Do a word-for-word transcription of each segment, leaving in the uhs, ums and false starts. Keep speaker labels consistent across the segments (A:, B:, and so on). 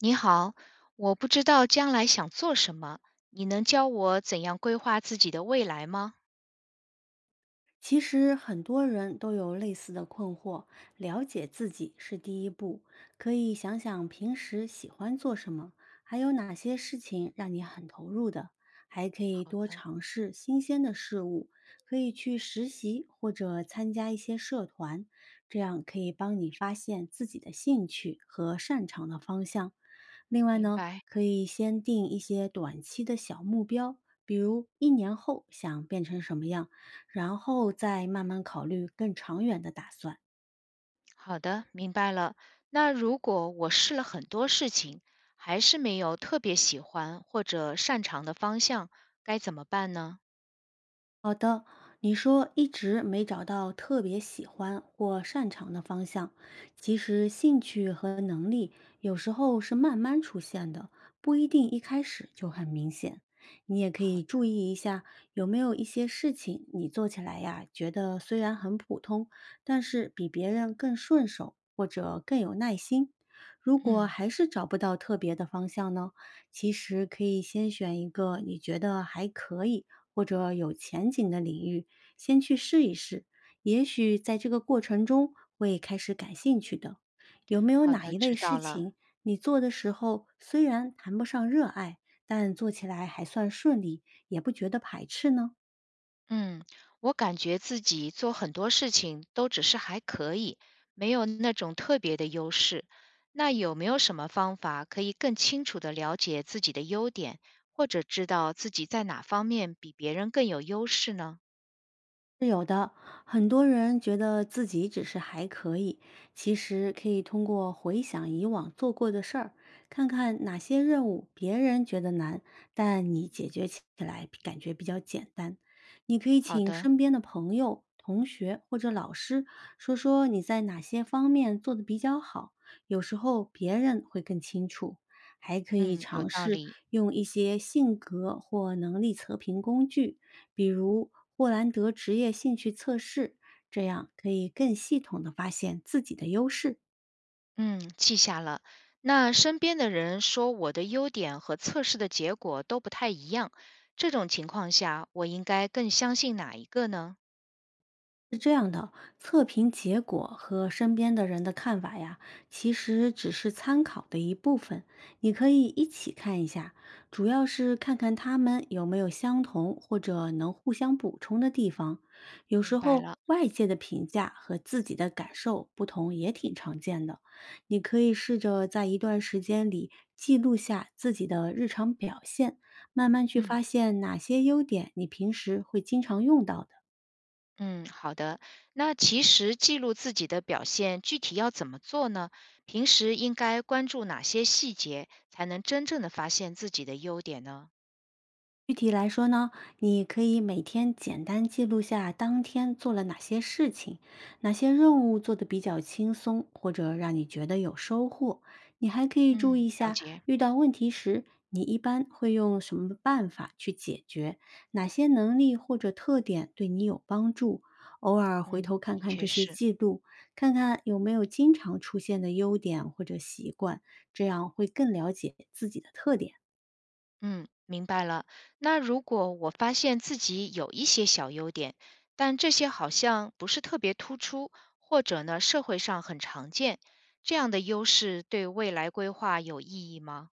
A: 你好，我不知道将来想做什么，你能教我怎样规划自己的未来吗？
B: 其实很多人都有类似的困惑，了解自己是第一步。可以想想平时喜欢做什么，还有哪些事情让你很投入的，还可以
A: 好
B: 多
A: 的，
B: 尝试新鲜的事物，可以去实习或者参加一些社团，这样可以帮你发现自己的兴趣和擅长的方向。另外
A: 明
B: 呢，
A: 白。
B: 可以先定一些短期的小目标，比如一年后想变成什么样，然后再慢慢考虑更长远的打算。
A: 好的，明白了。那如果我试了很多事情，还是没有特别喜欢或者擅长的方向，该怎么办呢？
B: 好的，你说一直没找到特别喜欢或擅长的方向，其实兴趣和能力有时候是慢慢出现的，不一定一开始就很明显。你也可
A: 好
B: 以注
A: 的。
B: 意一下，有没有一些事情你做起来呀，觉得虽然很普通，但是比别人更顺手或者更有耐心。如果
A: 嗯，
B: 还是找不到特别的方向呢，其实可以先选一个你觉得还可以。或者有前景的领域，先去试一试，也许在这个过程中会开始感兴趣的。有没有
A: 好
B: 哪
A: 的，
B: 一类
A: 知
B: 事
A: 道了。
B: 情你做的时候虽然谈不上热爱，但做起来还算顺利，也不觉得排斥呢？
A: 嗯，我感觉自己做很多事情都只是还可以，没有那种特别的优势。那有没有什么方法可以更清楚地了解自己的优点，或者知道自己在哪方面比别人更有优势呢？
B: 是有的，很多人觉得自己只是还可以，其实可以通过回想以往做过的事儿，看看哪些任务别人觉得难，但你解决起来感觉比较简单。你可以
A: 好
B: 请
A: 的。
B: 身边的朋友、同学或者老师说说你在哪些方面做得比较好，有时候别人会更清楚。还可以
A: 嗯，有
B: 尝
A: 道
B: 试
A: 理。
B: 用一些性格或能力测评工具比如霍兰德职业兴趣测试，这样可以更系统的发现自己的优势。
A: 嗯，记下了。那身边的人说我的优点和测试的结果都不太一样，这种情况下，我应该更相信哪一个呢？
B: 是这样的，测评结果和身边的人的看法呀，其实只是参考的一部分，你可以一起看一下，主要是看看他们有没有相同或者能互相补充的地方。有时
A: 明白
B: 候
A: 了。
B: 外界的评价和自己的感受不同也挺常见的，你可以试着在一段时间里记录下自己的日常表现，慢慢去
A: 嗯。
B: 发现哪些优点你平时会经常用到的。
A: 嗯，好的。那其实记录自己的表现，具体要怎么做呢？平时应该关注哪些细节，才能真正的发现自己的优点呢？
B: 具体来说呢，你可以每天简单记录下当天做了哪些事情，哪些任务做得比较轻松，或者让你觉得有收获。你还可以注意
A: 嗯，
B: 一
A: 了
B: 下，
A: 解。
B: 遇到问题时，你一般会用什么办法去解决，哪些能力或者特点对你有帮助。偶尔回
A: 嗯，
B: 头看
A: 的
B: 看
A: 确
B: 这些
A: 是。
B: 记录，看看有没有经常出现的优点或者习惯，这样会更了解自己的特点。
A: 嗯，明白了。那如果我发现自己有一些小优点，但这些好像不是特别突出，或者呢，社会上很常见，这样的优势对未来规划有意义吗？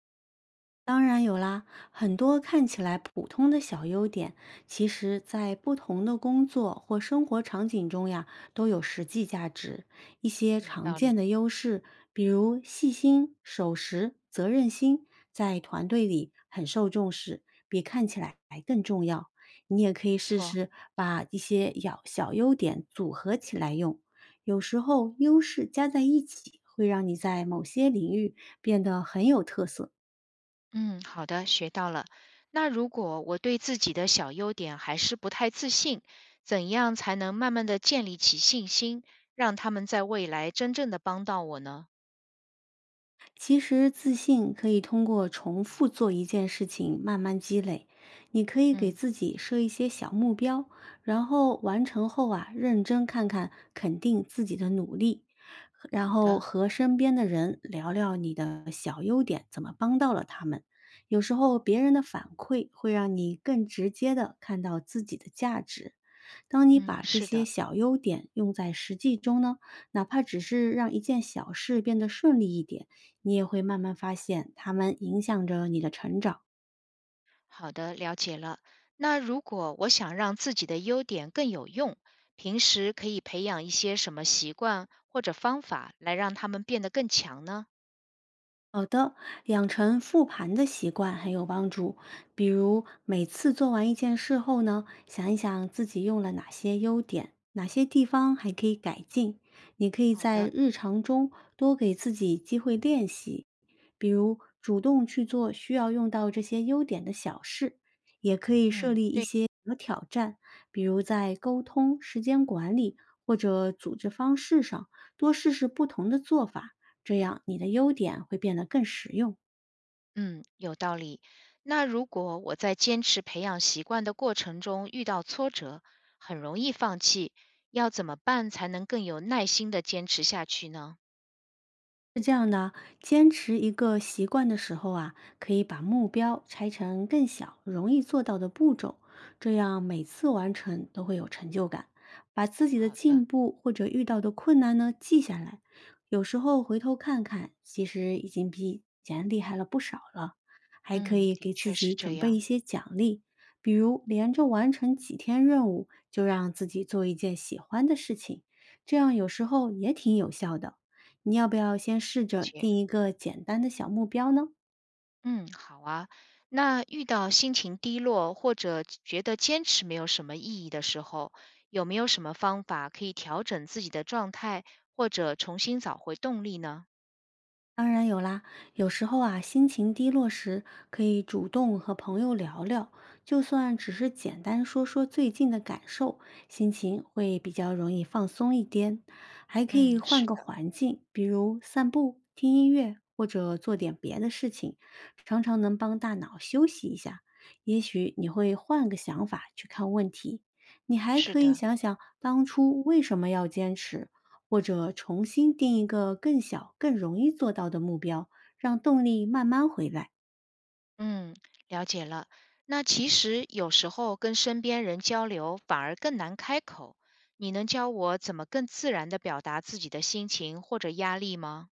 B: 当然有啦，很多看起来普通的小优点，其实在不同的工作或生活场景中呀，都有实际价值。一些
A: 有
B: 常
A: 道
B: 见
A: 理。
B: 的优势，比如细心、守时、责任心，在团队里很受重视，比看起来还更重要。你也可以
A: 没
B: 试
A: 错。
B: 试把一些小小优点组合起来用，有时候优势加在一起，会让你在某些领域变得很有特色。
A: 嗯，好的，学到了。那如果我对自己的小优点还是不太自信，怎样才能慢慢的建立起信心，让他们在未来真正的帮到我呢？
B: 其实自信可以通过重复做一件事情慢慢积累。你可以给
A: 嗯，
B: 自己设一些小目标，然后完成后啊，认真看看，肯定自己的努力，然
A: 好
B: 后
A: 的。
B: 和身边的人聊聊你的小优点，怎么帮到了他们。有时候别人的反馈会让你更直接的看到自己的价值。当你
A: 嗯，
B: 把这
A: 是
B: 些
A: 的。
B: 小优点用在实际中呢，哪怕只是让一件小事变得顺利一点，你也会慢慢发现它们影响着你的成长。
A: 好的，了解了。那如果我想让自己的优点更有用，平时可以培养一些什么习惯或者方法来让他们变得更强呢？
B: 好的，养成复盘的习惯很有帮助。比如每次做完一件事后呢，想一想自己用了哪些优点，哪些地方还可以改进。你可以
A: 好
B: 在
A: 的。
B: 日常中多给自己机会练习，比如主动去做需要用到这些优点的小事，也可以设
A: 嗯，
B: 立一
A: 对。
B: 些，比如在沟通、时间管理或者组织方式上，多试试不同的做法，这样你的优点会变得更实用。
A: 嗯，有道理。那如果我在坚持培养习惯的过程中遇到挫折，很容易放弃，要怎么办才能更有耐心的坚持下去呢？
B: 是这样的，坚持一个习惯的时候啊，可以把目标拆成更小、容易做到的步骤，这样每次完成都会有成就感。把自己的
A: 好的。
B: 进步或者遇到的困难呢记下来，有时候回头看看，其实已经比以前厉害了不少了。还可
A: 嗯，
B: 以给
A: 的
B: 自
A: 确是
B: 己准
A: 这
B: 备一
A: 样。
B: 些奖励，比如连着完成几天任务，就让自己做一件喜欢的事情，这样有时候也挺有效的。你要不要先试着
A: 姐，
B: 定一个简单的小目标呢？
A: 嗯，好啊。那遇到心情低落或者觉得坚持没有什么意义的时候，有没有什么方法可以调整自己的状态，或者重新找回动力呢？
B: 当然有啦，有时候啊，心情低落时可以主动和朋友聊聊，就算只是简单说说最近的感受，心情会比较容易放松一点。还可
A: 嗯，
B: 以换
A: 是
B: 个
A: 的。
B: 环境，比如散步、听音乐或者做点别的事情，常常能帮大脑休息一下。也许你会换个想法去看问题。你还
A: 是
B: 可以
A: 的。
B: 想想当初为什么要坚持，或者重新定一个更小、更容易做到的目标，让动力慢慢回来。
A: 嗯，了解了。那其实有时候跟身边人交流反而更难开口。你能教我怎么更自然的表达自己的心情或者压力吗？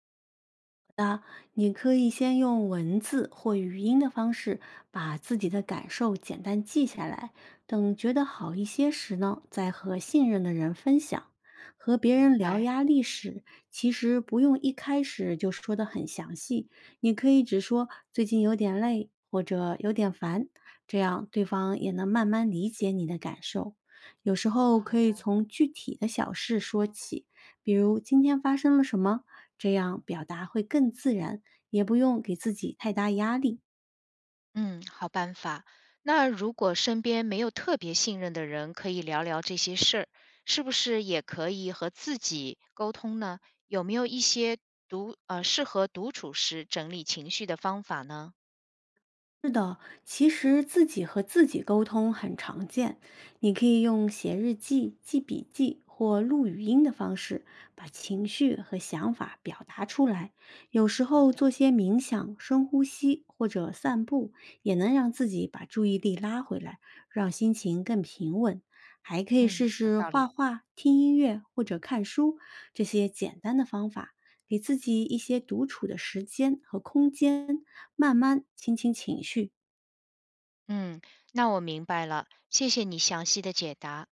B: 你可以先用文字或语音的方式把自己的感受简单记下来，等觉得好一些时呢，再和信任的人分享。和别人
A: 明
B: 聊
A: 白。
B: 压力时，其实不用一开始就说得很详细，你可以只说最近有点累或者有点烦，这样对方也能慢慢理解你的感受。有时候
A: 好
B: 可以
A: 的。
B: 从具体的小事说起，比如今天发生了什么，这样表达会更自然。也不用给自己太大压力。
A: 嗯，好办法。那如果身边没有特别信任的人，可以聊聊这些事儿，是不是也可以和自己沟通呢？有没有一些独呃适合独处时整理情绪的方法呢？
B: 是的，其实自己和自己沟通很常见。你可以用写日记、记笔记或录语音的方式，把情绪和想法表达出来。有时
A: 好
B: 候
A: 的。
B: 做些冥想、深呼吸或者散步，也能让自己把注意力拉回来，让心情更平稳。还可以
A: 嗯，
B: 试
A: 有
B: 试
A: 道
B: 画
A: 理。
B: 画、听音乐或者看书这些简单的方法，给自己一些独处的时间和空间。慢慢倾听情绪，
A: 嗯，那我明白了，谢谢你详细的解答。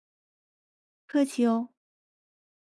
B: 客气哦。